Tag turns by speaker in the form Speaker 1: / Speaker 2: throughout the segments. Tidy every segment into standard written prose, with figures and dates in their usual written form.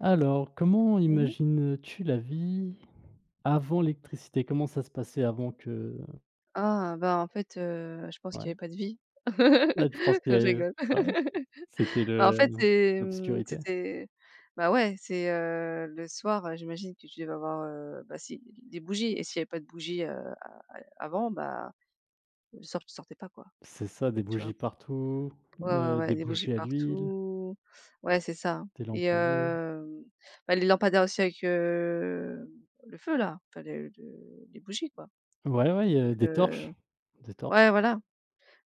Speaker 1: Alors, comment
Speaker 2: Mmh mh.
Speaker 1: imagines-tu la vie avant l'électricité? Comment ça se passait avant que
Speaker 2: Ah, bah, en fait, je pense qu'il
Speaker 1: ouais,
Speaker 2: y avait pas de vie.
Speaker 1: là tu penses qu'il
Speaker 2: Je
Speaker 1: y avait
Speaker 2: rigole.
Speaker 1: ouais, c'était
Speaker 2: Bah, en
Speaker 1: le
Speaker 2: fait, c'est,
Speaker 1: l'obscurité?
Speaker 2: c'était bah, ouais, c'est, le soir, j'imagine que tu devais avoir, bah, si, des bougies et s'il y avait pas de bougies, a a avant, bah, le soir, tu sortais pas, quoi,
Speaker 1: C'est ça, des
Speaker 2: tu vois?
Speaker 1: bougies partout,
Speaker 2: Ouais, ouais, ouais,
Speaker 1: des
Speaker 2: des bougies
Speaker 1: bougies à l'huile,
Speaker 2: partout. Ouais, c'est ça
Speaker 1: des lampes
Speaker 2: et
Speaker 1: à huile.
Speaker 2: bah, les lampadaires aussi avec, le feu là, enfin, le les bougies, quoi
Speaker 1: Ouais, ouais, il y
Speaker 2: donc
Speaker 1: a des torches, des torches.
Speaker 2: ouais, voilà.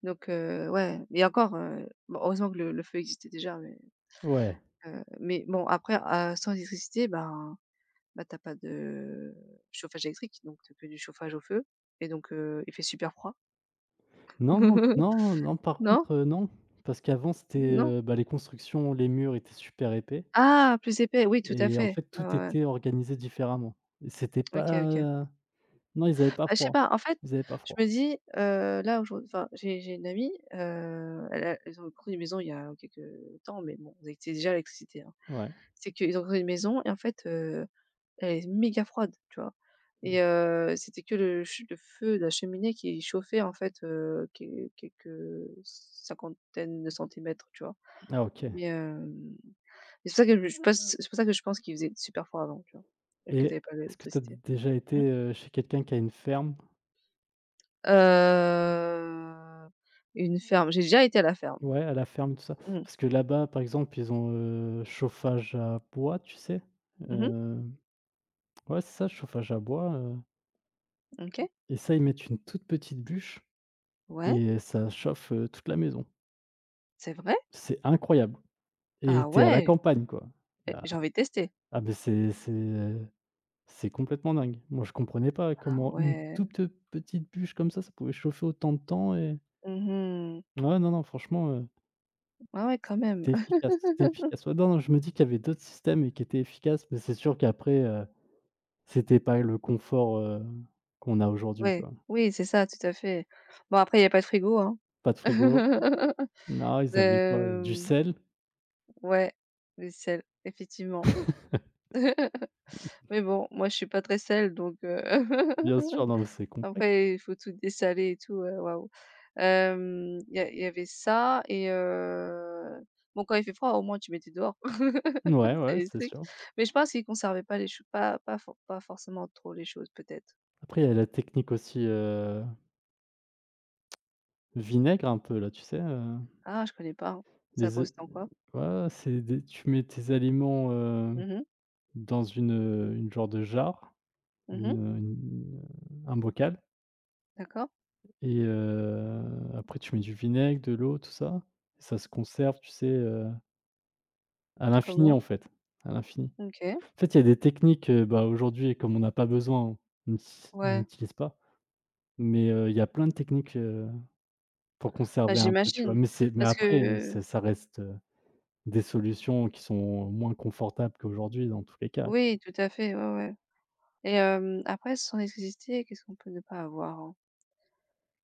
Speaker 2: Donc ouais et encore, bon heureusement que le feu existait déjà,
Speaker 1: Ouais.
Speaker 2: mais bon après, sans électricité, ben tu pas de chauffage électrique, donc tu que du chauffage au feu et donc il fait super froid.
Speaker 1: Non, non, non, non, par
Speaker 2: Non?
Speaker 1: contre, non, parce qu'avant c'était,
Speaker 2: Non?
Speaker 1: bah, les constructions, les murs étaient super épais
Speaker 2: Ah! Plus épais, oui tout à
Speaker 1: et en
Speaker 2: fait.
Speaker 1: fait
Speaker 2: Ouais,
Speaker 1: tout
Speaker 2: ouais, ouais.
Speaker 1: était organisé différemment. C'était
Speaker 2: OK, OK.
Speaker 1: pas Non, ils avaient pas
Speaker 2: Bah, je sais
Speaker 1: froid.
Speaker 2: pas, en fait,
Speaker 1: Ils avaient pas
Speaker 2: je
Speaker 1: froid.
Speaker 2: me dis, là aujourd'hui enfin j'ai une amie, elle a ils ont construit une maison il y a quelques temps, mais bon, c'était déjà l'électricité, hein.
Speaker 1: Ouais.
Speaker 2: C'est qu'ils ont construit une maison et en fait, elle est méga froide, tu vois? Et
Speaker 1: Mmh.
Speaker 2: c'était que le feu de la cheminée qui chauffait en fait, que quelques cinquantaines de centimètres, tu vois?
Speaker 1: Ah OK.
Speaker 2: Mais c'est pour ça que je pense c'est pour ça que je pense qu'il faisait super froid avant, tu vois? Et que
Speaker 1: Et
Speaker 2: t'avais pas
Speaker 1: est-ce que tu as
Speaker 2: d'électricité.
Speaker 1: déjà été,
Speaker 2: Mmh.
Speaker 1: chez quelqu'un qui a une ferme?
Speaker 2: Heu, une ferme, j'ai déjà été à la ferme.
Speaker 1: Ouais, à la ferme, tout ça?
Speaker 2: Mmh.
Speaker 1: Parce que là-bas, par exemple, ils ont, chauffage à bois, tu sais?
Speaker 2: Mmh
Speaker 1: Heu, ouais, c'est ça, chauffage à bois,
Speaker 2: OK.
Speaker 1: et ça, ils mettent une toute petite bûche
Speaker 2: Ouais,
Speaker 1: et ça chauffe, toute la maison.
Speaker 2: c'est vrai?
Speaker 1: C'est incroyable
Speaker 2: Ah
Speaker 1: et tu es à la
Speaker 2: ouais!
Speaker 1: campagne, quoi. Il y
Speaker 2: Eh,
Speaker 1: a
Speaker 2: j'ai envie de tester.
Speaker 1: ah, beh, c'est complètement dingue. Moi, je comprenais pas
Speaker 2: Ah
Speaker 1: comment une
Speaker 2: ouais.
Speaker 1: toute petite bûche comme ça pouvait chauffer autant de temps et
Speaker 2: Mmh
Speaker 1: ouais, non, non, franchement,
Speaker 2: Ah ouais, quand même.
Speaker 1: c'était efficace, c'était efficace. Ouais, non, non, je me dis qu'il y avait d'autres systèmes et qui étaient efficaces, mais c'est sûr qu'après, c'était pas le confort, qu'on a aujourd'hui,
Speaker 2: Ouais,
Speaker 1: quoi.
Speaker 2: oui, c'est ça, tout à fait. Bon, après, il y a pas de frigo, hein.
Speaker 1: Pas de frigo. Non, ils avaient quoi? Du
Speaker 2: Hem,
Speaker 1: sel,
Speaker 2: ouais, le sel, effectivement. Mais bon, moi, je suis pas très sel, donc
Speaker 1: bien sûr, non, mais c'est complexe.
Speaker 2: après, il faut tout dessaler et tout, waouh. Il y avait ça et bon, quand il fait froid, au moins, tu mettais dehors.
Speaker 1: Ouais,
Speaker 2: C'est
Speaker 1: ouais,
Speaker 2: les
Speaker 1: c'est
Speaker 2: trucs.
Speaker 1: sûr.
Speaker 2: Mais je pense qu'ils conservaient pas les choses pas forcément trop les choses, peut-être.
Speaker 1: Après, il y a la technique aussi, vinaigre un peu là, tu sais,
Speaker 2: Ah, je connais pas, hein. Ça
Speaker 1: les é
Speaker 2: consiste en quoi?
Speaker 1: ouais, c'est des tu mets tes aliments,
Speaker 2: Mhm
Speaker 1: dans une genre de jarre, une,
Speaker 2: mhm
Speaker 1: heu, une, un bocal
Speaker 2: D'accord.
Speaker 1: et après tu mets du vinaigre, de l'eau, tout ça. Ça se conserve, tu sais, à l'infini, en
Speaker 2: Comment?
Speaker 1: fait, à l'infini.
Speaker 2: OK,
Speaker 1: En fait, il y a des techniques, bah, aujourd'hui, comme on n'a pas besoin, on
Speaker 2: ouais.
Speaker 1: n'utilise pas, mais il y a plein de techniques, pour
Speaker 2: Bah,
Speaker 1: conserver un peu, tu vois?
Speaker 2: j'imagine
Speaker 1: Mais c'est mais
Speaker 2: parce
Speaker 1: après,
Speaker 2: que
Speaker 1: c'est ça reste, des solutions qui sont moins confortables qu'aujourd'hui dans tous les cas.
Speaker 2: oui, tout à fait, ouais, ouais et après sans l'électricité, qu'est-ce qu'on peut ne pas avoir, hein?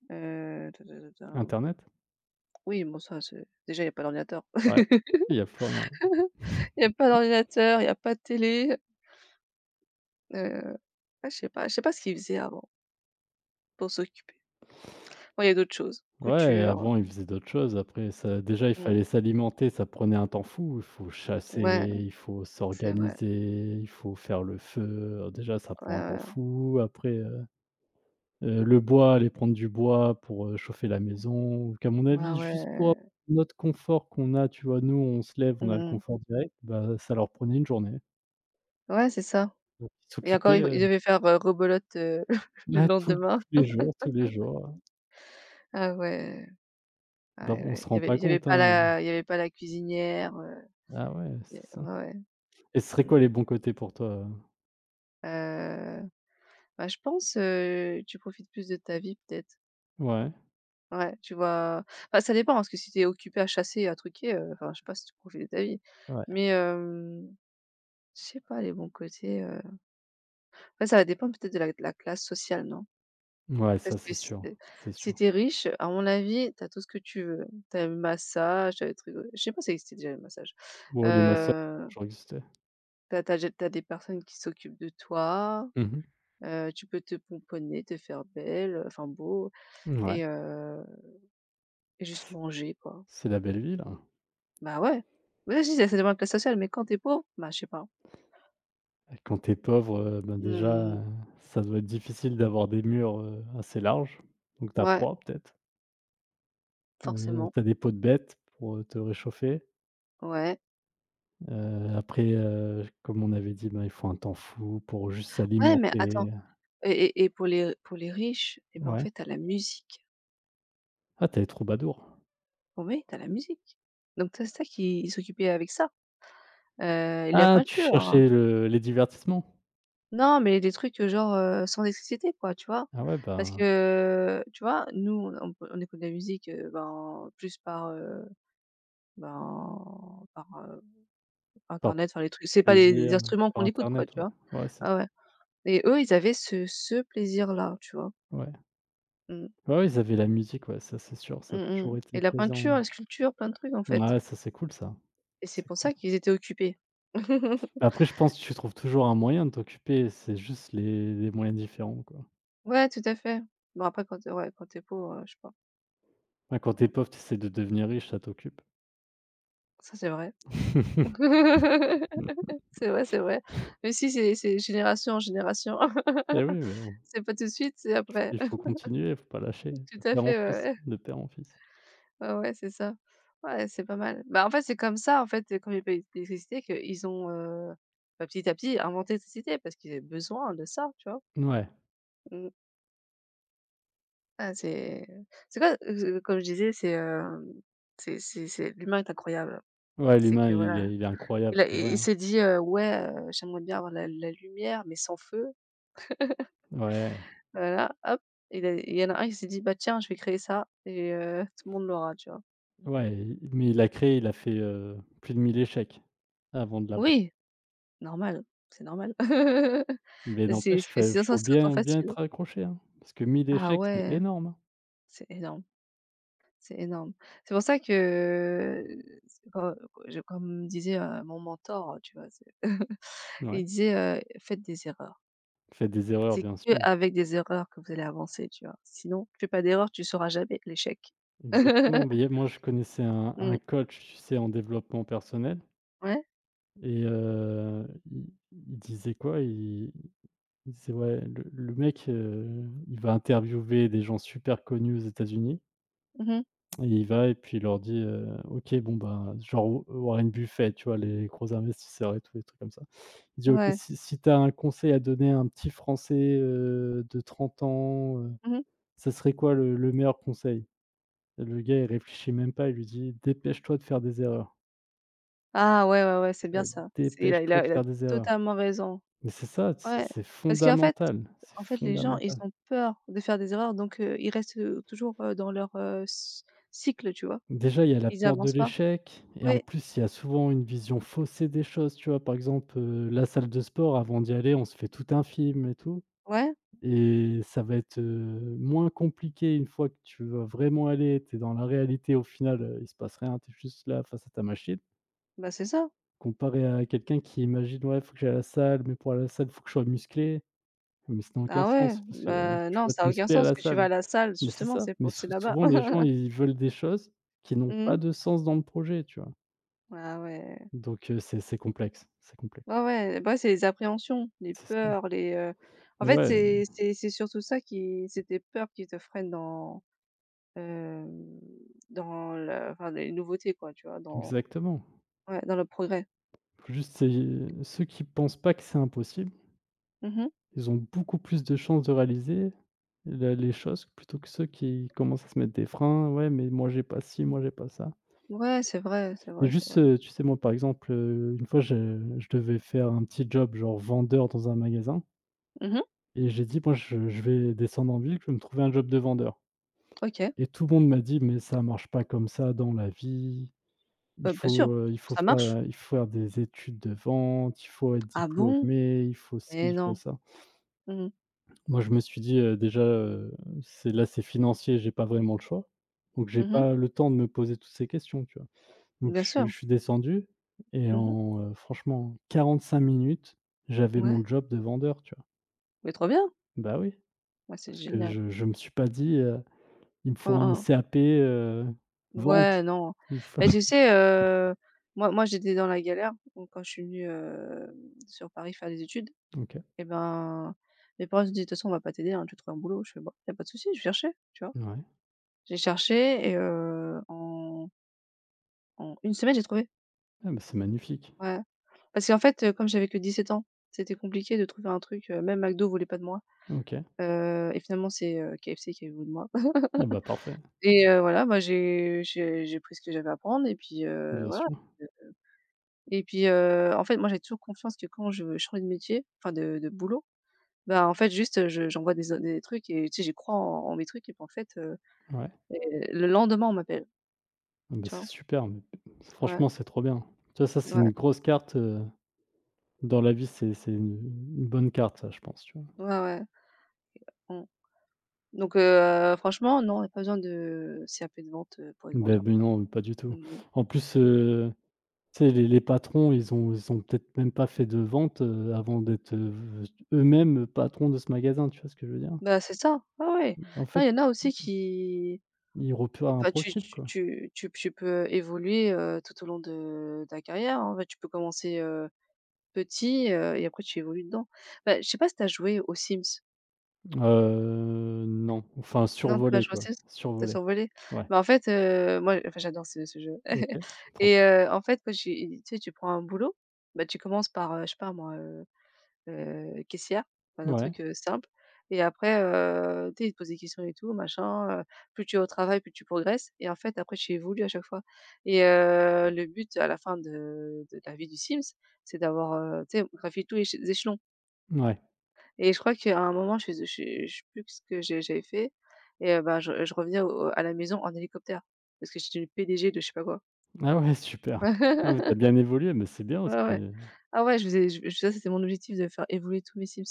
Speaker 2: Tin, tin, tin, tin.
Speaker 1: Internet?
Speaker 2: Oui, bon ça c'est déjà il y a pas d'ordinateur.
Speaker 1: Ouais, il y a plus rien.
Speaker 2: Il y a pas d'ordinateur, il y a pas de télé, heu, ah je sais pas ce qu'ils faisaient avant pour s'occuper. Bon, il y a d'autres choses,
Speaker 1: Ouais,
Speaker 2: couture,
Speaker 1: avant, ils faisaient d'autres choses. Après ça déjà, il
Speaker 2: mmh,
Speaker 1: fallait s'alimenter, ça prenait un temps fou. Il faut chasser,
Speaker 2: ouais,
Speaker 1: il faut
Speaker 2: c'est vrai,
Speaker 1: s'organiser, il faut faire le feu. Alors déjà, ça prend un temps
Speaker 2: ouais,
Speaker 1: fou. Après, le bois, aller prendre du bois pour, chauffer la maison. Donc à mon
Speaker 2: ouais,
Speaker 1: avis,
Speaker 2: ouais,
Speaker 1: juste pour
Speaker 2: ouais,
Speaker 1: notre confort qu'on a, tu vois? Nous, on se lève, on
Speaker 2: mmh
Speaker 1: a le
Speaker 2: mh.
Speaker 1: confort direct, bah, ça leur prenait une journée.
Speaker 2: Ouais, c'est ça
Speaker 1: Donc ils
Speaker 2: et encore
Speaker 1: s'occupaient,
Speaker 2: ils ils devaient faire, rebelote,
Speaker 1: ouais,
Speaker 2: le
Speaker 1: tous
Speaker 2: lendemain.
Speaker 1: les jours, tous les jours.
Speaker 2: Ah ouais. Ah
Speaker 1: Bah,
Speaker 2: ouais,
Speaker 1: on
Speaker 2: ouais.
Speaker 1: se
Speaker 2: Il y
Speaker 1: rend
Speaker 2: avait
Speaker 1: pas
Speaker 2: il y avait
Speaker 1: compte,
Speaker 2: pas
Speaker 1: hein.
Speaker 2: la il y avait pas la cuisinière,
Speaker 1: Ah ouais,
Speaker 2: il y
Speaker 1: c'est
Speaker 2: a
Speaker 1: ça.
Speaker 2: ouais, ouais.
Speaker 1: Et ce serait
Speaker 2: Mmh.
Speaker 1: quoi les bons côtés pour toi,
Speaker 2: Heu, bah, je pense, tu profites plus de ta vie peut-être.
Speaker 1: Ouais.
Speaker 2: Ouais, tu vois? Bah, ça dépend, parce que si tu es occupé à chasser et à truquer, enfin, je sais pas si tu profites de ta vie.
Speaker 1: Ouais,
Speaker 2: Mais je sais pas les bons côtés, après ça va dépendre peut-être de la classe sociale, non?
Speaker 1: ouais,
Speaker 2: Parce
Speaker 1: ça
Speaker 2: que
Speaker 1: c'est
Speaker 2: si
Speaker 1: sûr, c'est
Speaker 2: si
Speaker 1: sûr.
Speaker 2: tu es riche, à mon avis, tu as tout ce que tu veux. Tu as le massage, tu as les trucs, je sais pas si ça existait déjà le massage.
Speaker 1: Bon, les massas,
Speaker 2: Heu
Speaker 1: toujours existé.
Speaker 2: T'as as tu as des personnes qui s'occupent de toi,
Speaker 1: Mmh mh.
Speaker 2: tu peux te pomponner, te faire belle, enfin beau
Speaker 1: Ouais,
Speaker 2: et heu, et juste
Speaker 1: c
Speaker 2: manger quoi.
Speaker 1: c'est la belle ville, hein.
Speaker 2: Bah ouais, ouais si ça dépend de la classe sociale, mais quand t'es pauvre, bah je sais pas.
Speaker 1: Et quand tu es pauvre, ben,
Speaker 2: Mmh,
Speaker 1: déjà, ça doit être difficile d'avoir des murs, assez larges, donc tu as
Speaker 2: ouais,
Speaker 1: froid peut-être,
Speaker 2: forcément,
Speaker 1: tu as des peaux de bêtes pour, te réchauffer,
Speaker 2: ouais.
Speaker 1: après, comme on avait dit, ben, il faut un temps fou pour juste
Speaker 2: Ouais, mais attends
Speaker 1: s'alimenter,
Speaker 2: et pour les riches et ben en
Speaker 1: ouais.
Speaker 2: fait t'as la musique.
Speaker 1: Ah, tu es troubadour.
Speaker 2: Oui, tu as la musique. Donc tu ça qui s'occupait avec ça, heu, et la
Speaker 1: Ah, tu
Speaker 2: peinture, hein.
Speaker 1: cherchais le les divertissements?
Speaker 2: Non, mais des trucs, genre, sans électricité quoi, tu vois?
Speaker 1: Ah ouais,
Speaker 2: Parce
Speaker 1: ben,
Speaker 2: que, tu vois, nous on peut on écoute de la musique, ben, plus par, ben, par,
Speaker 1: par
Speaker 2: internet, enfin les trucs c'est pas les
Speaker 1: plaisir,
Speaker 2: instruments
Speaker 1: par
Speaker 2: qu'on écoute quoi,
Speaker 1: internet,
Speaker 2: tu
Speaker 1: ouais.
Speaker 2: vois?
Speaker 1: Ouais, c'est
Speaker 2: Ah
Speaker 1: sûr.
Speaker 2: ouais et eux, ils avaient ce plaisir-là, tu vois?
Speaker 1: Ouais.
Speaker 2: Mmh.
Speaker 1: Ouais, ouais, ils avaient la musique, ouais, ça c'est sûr,
Speaker 2: Mmh
Speaker 1: ça a
Speaker 2: mh
Speaker 1: toujours été
Speaker 2: et la
Speaker 1: présent.
Speaker 2: peinture, la sculpture, plein de trucs en fait
Speaker 1: Ouais, ça c'est cool ça.
Speaker 2: et
Speaker 1: Ça
Speaker 2: c'est
Speaker 1: c'est
Speaker 2: pour
Speaker 1: cool.
Speaker 2: ça qu'ils étaient occupés.
Speaker 1: Après, je pense que tu trouves toujours un moyen de t'occuper, c'est juste les moyens différents, quoi.
Speaker 2: Ouais, tout à fait. Bon après quand tu es ouais, quand tu es pauvre, je sais pas.
Speaker 1: Ouais, quand t'es
Speaker 2: Mmh.
Speaker 1: pauvre, tu essaies de devenir riche, ça t'occupe.
Speaker 2: Ça c'est vrai. C'est vrai, c'est vrai. Mais si, c'est génération en génération.
Speaker 1: Et oui, mais bon,
Speaker 2: C'est pas tout de suite, c'est après.
Speaker 1: il faut continuer, il faut pas lâcher,
Speaker 2: Tout
Speaker 1: de
Speaker 2: à
Speaker 1: père en
Speaker 2: fait, ouais,
Speaker 1: fils,
Speaker 2: ouais.
Speaker 1: de père en fils.
Speaker 2: Ouais, ouais, c'est ça. Ouais, c'est pas mal. Bah, en fait, c'est comme ça, en fait, comme il y avait pas d'électricité, qu'ils ont, bah, petit à petit inventé l'électricité parce qu'ils avaient besoin de ça, tu vois?
Speaker 1: Ouais,
Speaker 2: Mmh. Ah, c'est quoi, comme je disais, c'est, c'est l'humain est incroyable.
Speaker 1: ouais,
Speaker 2: C'est
Speaker 1: l'humain,
Speaker 2: que,
Speaker 1: il
Speaker 2: voilà,
Speaker 1: est il est incroyable, c'est
Speaker 2: il
Speaker 1: vrai,
Speaker 2: il
Speaker 1: hein.
Speaker 2: s'est dit, «Ouais, j'aimerais bien avoir la lumière mais sans feu».
Speaker 1: Ouais,
Speaker 2: Voilà, hop, il y en a un, qui s'est dit: «Bah, tiens, je vais créer ça et tout le monde l'aura», tu vois?
Speaker 1: ouais, mais il a créé, il a fait, plus de 1000 échecs avant de l'avoir.
Speaker 2: Oui, normal, c'est normal.
Speaker 1: Mais
Speaker 2: C'est
Speaker 1: n'empêche,
Speaker 2: c'est
Speaker 1: fai
Speaker 2: sinon ça
Speaker 1: faut
Speaker 2: serait trop
Speaker 1: bien bien
Speaker 2: facile.
Speaker 1: être accroché, hein, parce que mille
Speaker 2: Ah
Speaker 1: échecs, c'est
Speaker 2: ouais,
Speaker 1: énorme, hein.
Speaker 2: c'est énorme, c'est énorme. C'est pour ça que, c'est quand je comme disait, mon mentor, tu vois? C'est il
Speaker 1: Ouais,
Speaker 2: disait, «Faites des erreurs.
Speaker 1: faites des erreurs,
Speaker 2: C'est
Speaker 1: bien
Speaker 2: que
Speaker 1: sûr.
Speaker 2: avec des erreurs que vous allez avancer», tu vois? Sinon, tu fais pas d'erreur, tu sauras jamais l'échec.
Speaker 1: Exactement, mais il y a moi, je connaissais un
Speaker 2: Mmh.
Speaker 1: un coach, tu sais, en développement personnel
Speaker 2: Ouais.
Speaker 1: et il disait quoi? Il disait: «Ouais, le mec, il va interviewer des gens super connus aux États-Unis
Speaker 2: Mmh
Speaker 1: et il va et puis il leur dit, "OK, bon, ben", genre Warren Buffett, tu vois, les gros investisseurs et tout, les trucs comme ça. Je dis: «OK,
Speaker 2: Ouais.
Speaker 1: si tu as un conseil à donner à un petit Français, de 30 ans,
Speaker 2: Mmh
Speaker 1: ça serait quoi le meilleur conseil?» Et le gars, il réfléchit même pas, il lui dit: «Dépêche-toi de faire des erreurs,
Speaker 2: Ah ouais, ouais, ouais, c'est bien
Speaker 1: heu,
Speaker 2: ça. C'est
Speaker 1: dépêche-toi de
Speaker 2: il a
Speaker 1: faire des erreurs».
Speaker 2: totalement raison.
Speaker 1: Mais c'est ça, c'est
Speaker 2: Ouais,
Speaker 1: c'est
Speaker 2: parce qu'en fait
Speaker 1: fondamental, c'est
Speaker 2: les gens, ils
Speaker 1: fondamental.
Speaker 2: ont peur de faire des erreurs, donc ils restent, toujours, dans leur, cy cycle, tu vois?
Speaker 1: Déjà, il y a la
Speaker 2: Ils
Speaker 1: peur de
Speaker 2: avancent pas.
Speaker 1: l'échec et en
Speaker 2: Oui,
Speaker 1: plus, il y a souvent une vision faussée des choses, tu vois? Par exemple, la salle de sport, avant d'y aller, on se fait tout un film et tout.
Speaker 2: ouais,
Speaker 1: Et ça va être, moins compliqué une fois que tu vas vraiment aller, tu es dans la réalité au final, il se passe rien, tu es juste là face à ta machine.
Speaker 2: bah, c'est ça.
Speaker 1: Comparé à quelqu'un qui imagine: «Ouais, faut que j'aille à la salle, mais pour aller à la salle, faut que je sois musclé». Mais ça n'a aucun
Speaker 2: Ah ouais,
Speaker 1: sens parce que
Speaker 2: bah,
Speaker 1: tu
Speaker 2: non,
Speaker 1: peux pas
Speaker 2: ça
Speaker 1: te
Speaker 2: a aucun
Speaker 1: muscler à
Speaker 2: sens
Speaker 1: la
Speaker 2: que tu vas à
Speaker 1: salle.
Speaker 2: la salle,
Speaker 1: Mais c'est
Speaker 2: justement,
Speaker 1: ça,
Speaker 2: c'est
Speaker 1: mais
Speaker 2: pour c'est là-bas.
Speaker 1: souvent les gens, ils veulent des choses qui n'ont pas
Speaker 2: Mmh
Speaker 1: de sens dans le projet, tu vois?
Speaker 2: Ah ouais.
Speaker 1: Donc c'est complexe, c'est complexe,
Speaker 2: Ouais, ouais, bah, c'est les appréhensions, les
Speaker 1: c'est ça.
Speaker 2: peurs, les, en
Speaker 1: Mais
Speaker 2: fait,
Speaker 1: ouais,
Speaker 2: c'est surtout ça qui c'est tes peurs qui te freinent dans Hem, dans le enfin les nouveautés quoi, tu vois? Dans
Speaker 1: exactement.
Speaker 2: ouais, dans le progrès.
Speaker 1: Faut juste C'est ceux qui pensent pas que c'est impossible.
Speaker 2: Mmh
Speaker 1: Ils ont beaucoup plus de chances de réaliser le les choses plutôt que ceux qui commencent à se mettre des freins: «Ouais, mais moi j'ai pas ci, moi j'ai pas ça».
Speaker 2: Ouais, c'est vrai, c'est vrai,
Speaker 1: Et
Speaker 2: c'est
Speaker 1: juste,
Speaker 2: vrai.
Speaker 1: tu sais, moi, par exemple, une fois, je devais faire un petit job, genre vendeur dans un magasin
Speaker 2: Mmh
Speaker 1: et j'ai dit: «Moi, je vais descendre en ville, je vais me trouver un job de vendeur».
Speaker 2: OK.
Speaker 1: Et tout le monde m'a dit: «Mais ça marche pas comme ça dans la vie, il
Speaker 2: Bah, bien sûr,
Speaker 1: faut, heu, il faut
Speaker 2: ça marche.
Speaker 1: faire, il faut faire des études de vente, il faut être
Speaker 2: Ah bon?
Speaker 1: diplômé, il faut ci,
Speaker 2: Mais
Speaker 1: il faut
Speaker 2: non.
Speaker 1: ça».
Speaker 2: Mmh mh.
Speaker 1: Moi, je me suis dit, déjà, c'est là, c'est financier, j'ai pas vraiment le choix. Donc j'ai
Speaker 2: Mmh
Speaker 1: pas le temps de me poser toutes ces questions, tu vois? Donc
Speaker 2: Bien
Speaker 1: je suis
Speaker 2: sûr.
Speaker 1: je suis descendu et
Speaker 2: Mmh
Speaker 1: en, franchement 45 minutes, j'avais
Speaker 2: Ouais,
Speaker 1: mon job de vendeur, tu vois?
Speaker 2: mais trop bien.
Speaker 1: Bah oui,
Speaker 2: Ouais, c'est
Speaker 1: parce que
Speaker 2: génial.
Speaker 1: je me suis pas dit, «Il me faut
Speaker 2: Mmh
Speaker 1: un
Speaker 2: mh.
Speaker 1: CAP, vente».
Speaker 2: Ouais, non.
Speaker 1: Il faut
Speaker 2: Mais tu sais, moi moi j'étais dans la galère, donc quand je suis venue, sur Paris faire des études
Speaker 1: OK.
Speaker 2: et ben, mes parents ils disent «De toute façon on va pas t'aider, hein, tu trouves un boulot». Je fais: bon y a pas de souci, je vais chercher», tu vois?
Speaker 1: Ouais.
Speaker 2: J'ai cherché et en 1 semaine, j'ai trouvé.
Speaker 1: Ah bah, c'est magnifique.
Speaker 2: Ouais. Parce qu'en fait, comme j'avais que 17 ans, c'était compliqué de trouver un truc, même McDo voulait pas de moi,
Speaker 1: OK.
Speaker 2: et finalement c'est, KFC qui a voulu de moi
Speaker 1: Ah bah, parfait.
Speaker 2: et voilà, bah, j'ai pris ce que j'avais à prendre et puis,
Speaker 1: Bien
Speaker 2: voilà
Speaker 1: sûr.
Speaker 2: et puis, en fait, moi, j'ai toujours confiance que quand je veux changer de métier, enfin de boulot, bah, en fait, juste, je j'envoie des o des trucs et tu sais, j'y crois en mes trucs et puis en fait,
Speaker 1: Ouais.
Speaker 2: et le lendemain, on m'appelle,
Speaker 1: Ah bah,
Speaker 2: tu
Speaker 1: c'est
Speaker 2: vois?
Speaker 1: super, mais
Speaker 2: Ouais,
Speaker 1: franchement, c'est trop bien. Tu vois, ça, c'est
Speaker 2: ouais,
Speaker 1: une grosse carte, dans la vie, c'est une bonne carte ça, je pense, tu vois?
Speaker 2: ouais, ouais. Mmh. Donc franchement, non, il y a pas besoin de CAP de vente, pour être
Speaker 1: Beh,
Speaker 2: vendeur.
Speaker 1: beh, non, pas du tout.
Speaker 2: Mmh
Speaker 1: En plus, tu sais, les patrons, ils ont peut-être même pas fait de vente, avant d'être, eux-mêmes patrons de ce magasin, tu vois ce que je veux dire?
Speaker 2: Bah, c'est ça. Ah ouais.
Speaker 1: En
Speaker 2: Non,
Speaker 1: fait,
Speaker 2: il y en a aussi qui
Speaker 1: ils repèrent un
Speaker 2: bah,
Speaker 1: profil, quoi.
Speaker 2: tu peux évoluer, tout au long de ta carrière, hein. Bah, tu peux commencer, petit, et après tu évolues dedans. Bah, je sais pas si tu as joué aux Sims?
Speaker 1: Non, enfin
Speaker 2: Non, tu as pas
Speaker 1: survolé,
Speaker 2: joué aux
Speaker 1: quoi,
Speaker 2: Sims? Tu
Speaker 1: survolé.
Speaker 2: survolé?
Speaker 1: Ouais,
Speaker 2: Bah, en fait, moi enfin j'adore ce jeu
Speaker 1: OK, trop
Speaker 2: et en fait, quand j'ai tu sais, tu prends un boulot, bah, tu commences par, je sais pas moi, caissière, enfin, un
Speaker 1: ouais,
Speaker 2: truc, simple et après, tu sais, ils te posent des questions et tout machin, plus tu es au travail, plus tu progresses et en fait après tu évolues à chaque fois et le but à la fin de la vie du Sims, c'est d'avoir, tu sais, gravi tous les échelons
Speaker 1: ouais.
Speaker 2: et je crois qu'à un moment, je fais je sais plus ce que j'avais fait et bah, je revenais au à la maison en hélicoptère parce que j'étais une PDG de je sais pas quoi.
Speaker 1: Ah ouais, super. Non, mais tu as bien évolué, mais c'est bien aussi,
Speaker 2: Ouais, ouais. Ah ouais, je faisais ça, c'était mon objectif de faire évoluer tous mes Sims.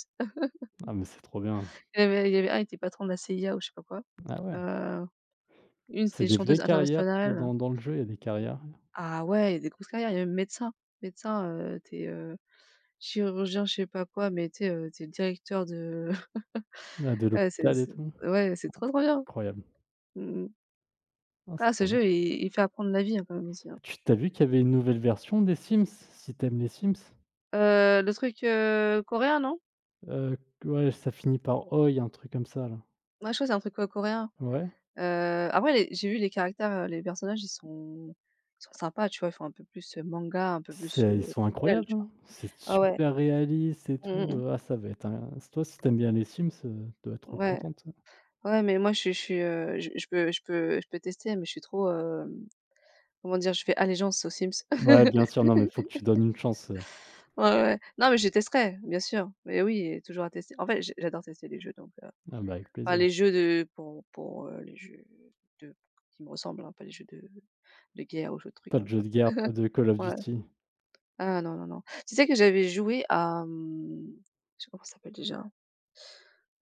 Speaker 1: ah mais c'est trop bien.
Speaker 2: Il y avait un, il était patron de la CIA ou je sais pas quoi.
Speaker 1: Ah ouais,
Speaker 2: Heu, une
Speaker 1: c'est
Speaker 2: c'était
Speaker 1: des vraies
Speaker 2: chanteuse
Speaker 1: carrières, quoi,
Speaker 2: internationale.
Speaker 1: dans le jeu, il y a des carrières.
Speaker 2: Ah ouais, il y a des grosses carrières. Il y a même médecin. Médecin, tu es, chirurgien, je sais pas quoi, mais tu sais, tu es directeur de
Speaker 1: Ah, de
Speaker 2: ouais, c'est
Speaker 1: l'hôpital et
Speaker 2: c'est
Speaker 1: tout?
Speaker 2: ouais, c'est trop, trop bien.
Speaker 1: Incroyable.
Speaker 2: Mmh mh.
Speaker 1: Ah, c'est
Speaker 2: Ah ce
Speaker 1: trop bien.
Speaker 2: jeu, il fait apprendre la vie, hein, quand même aussi, hein.
Speaker 1: Tu t'as vu qu'il y avait une nouvelle version des Sims? Si t'aimes les Sims?
Speaker 2: Le truc, coréen, non?
Speaker 1: Heu, ouais, ça finit par Oi, un truc comme ça là.
Speaker 2: Ouais, je crois c'est un truc, coréen.
Speaker 1: Ouais.
Speaker 2: Après les j'ai vu les caractères, les personnages, ils sont sympas, tu vois? Ils font un peu plus, manga, un peu plus,
Speaker 1: C'est ils sont
Speaker 2: réel,
Speaker 1: incroyables,
Speaker 2: tu vois?
Speaker 1: hein. C'est
Speaker 2: Ah ouais.
Speaker 1: super réaliste et
Speaker 2: Mmh
Speaker 1: tout,
Speaker 2: mh.
Speaker 1: ah ça va être un toi si t'aimes bien les Sims, tu dois être trop
Speaker 2: Ouais,
Speaker 1: contente.
Speaker 2: ouais, mais moi, je peux tester, mais je suis trop, comment dire? Je fais allégeance aux Sims.
Speaker 1: Ouais, bien sûr, non mais faut que tu donnes une chance,
Speaker 2: Ouais, ouais. Non, mais je testerai, bien sûr. Mais oui, toujours à tester. En fait, j'adore tester les jeux, donc
Speaker 1: Ah bah, avec
Speaker 2: enfin,
Speaker 1: plaisir.
Speaker 2: les jeux de pour, les jeux de qui me ressemblent, hein, pas les jeux de guerre ou jeux de trucs,
Speaker 1: Pas de
Speaker 2: hein, tu
Speaker 1: jeu de
Speaker 2: vois?
Speaker 1: guerre, pas de Call of
Speaker 2: Ouais.
Speaker 1: Duty.
Speaker 2: Ah non, non, non. Tu sais que j'avais joué à, mmh, je sais pas comment ça s'appelle déjà?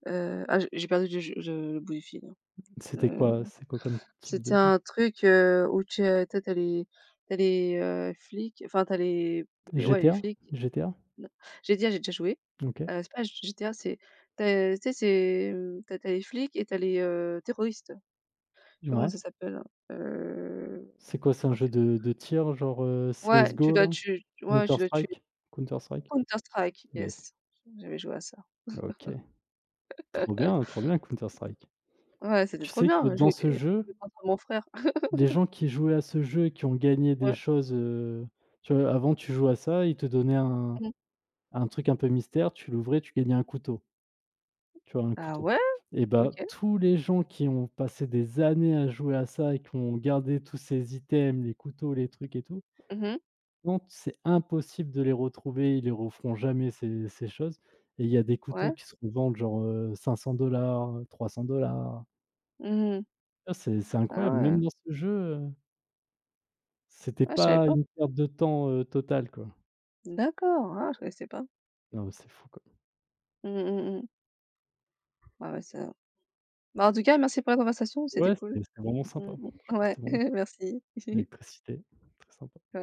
Speaker 2: Ah, j'ai perdu le je le bout du fil, hein. Heu
Speaker 1: C'est quoi comme type
Speaker 2: C'était
Speaker 1: de jeu?
Speaker 2: un truc, où tu as les tu les, flics, enfin tu les les
Speaker 1: GTA?
Speaker 2: flics,
Speaker 1: GTA?
Speaker 2: non, GTA, j'ai déjà joué.
Speaker 1: OK.
Speaker 2: C'est pas GTA, c'est tu tu sais, c'est, tu as les flics et tu as les, terroristes. Je sais pas comment
Speaker 1: Ouais.
Speaker 2: ça s'appelle, heu,
Speaker 1: C'est quoi? C'est un
Speaker 2: oh
Speaker 1: jeu
Speaker 2: tu
Speaker 1: de tir genre,
Speaker 2: ouais,
Speaker 1: CS:GO là?
Speaker 2: tu ouais,
Speaker 1: Counter
Speaker 2: tu dois tuer
Speaker 1: Strike? Counter Strike?
Speaker 2: Counter Strike,
Speaker 1: Yes.
Speaker 2: yes, j'avais joué à ça.
Speaker 1: OK. Trop bien Counter Strike.
Speaker 2: Ouais, c'était
Speaker 1: Tu
Speaker 2: trop
Speaker 1: sais que
Speaker 2: bien,
Speaker 1: dans ce jeu,
Speaker 2: jouer contre mon frère.
Speaker 1: les gens qui jouaient à ce jeu et qui ont gagné des
Speaker 2: Ouais,
Speaker 1: choses, tu vois? Avant tu jouais à ça, ils te donnaient un
Speaker 2: mmh.
Speaker 1: un truc un peu mystère, tu l'ouvrais, tu gagnais un couteau, tu vois? Un
Speaker 2: Ah
Speaker 1: couteau
Speaker 2: ouais?
Speaker 1: et bah,
Speaker 2: OK.
Speaker 1: tous les gens qui ont passé des années à jouer à ça et qui ont gardé tous ces items, les couteaux, les trucs et tout,
Speaker 2: Mmh
Speaker 1: non, c'est impossible de les retrouver, ils les referont jamais ces choses et il y a des couteaux
Speaker 2: Ouais.
Speaker 1: qui se revendent genre, 500 300.
Speaker 2: Mmh
Speaker 1: Ah c'est
Speaker 2: Ah
Speaker 1: incroyable,
Speaker 2: ouais.
Speaker 1: même dans ce jeu, heu, c'était
Speaker 2: Ah je savais
Speaker 1: pas
Speaker 2: pas.
Speaker 1: une perte de temps, totale quoi.
Speaker 2: D'accord, ah je connaissais pas.
Speaker 1: Non, c'est fou quoi.
Speaker 2: Mmh mh, mmh. Ouais, ouais, ça bah, en tout cas, merci pour la conversation, c'était
Speaker 1: Ouais,
Speaker 2: cool.
Speaker 1: c'était vraiment sympa.
Speaker 2: Mmh
Speaker 1: Franchement,
Speaker 2: mh. Ouais,
Speaker 1: c'était vraiment sympa.
Speaker 2: merci.
Speaker 1: L'électricité, très sympa.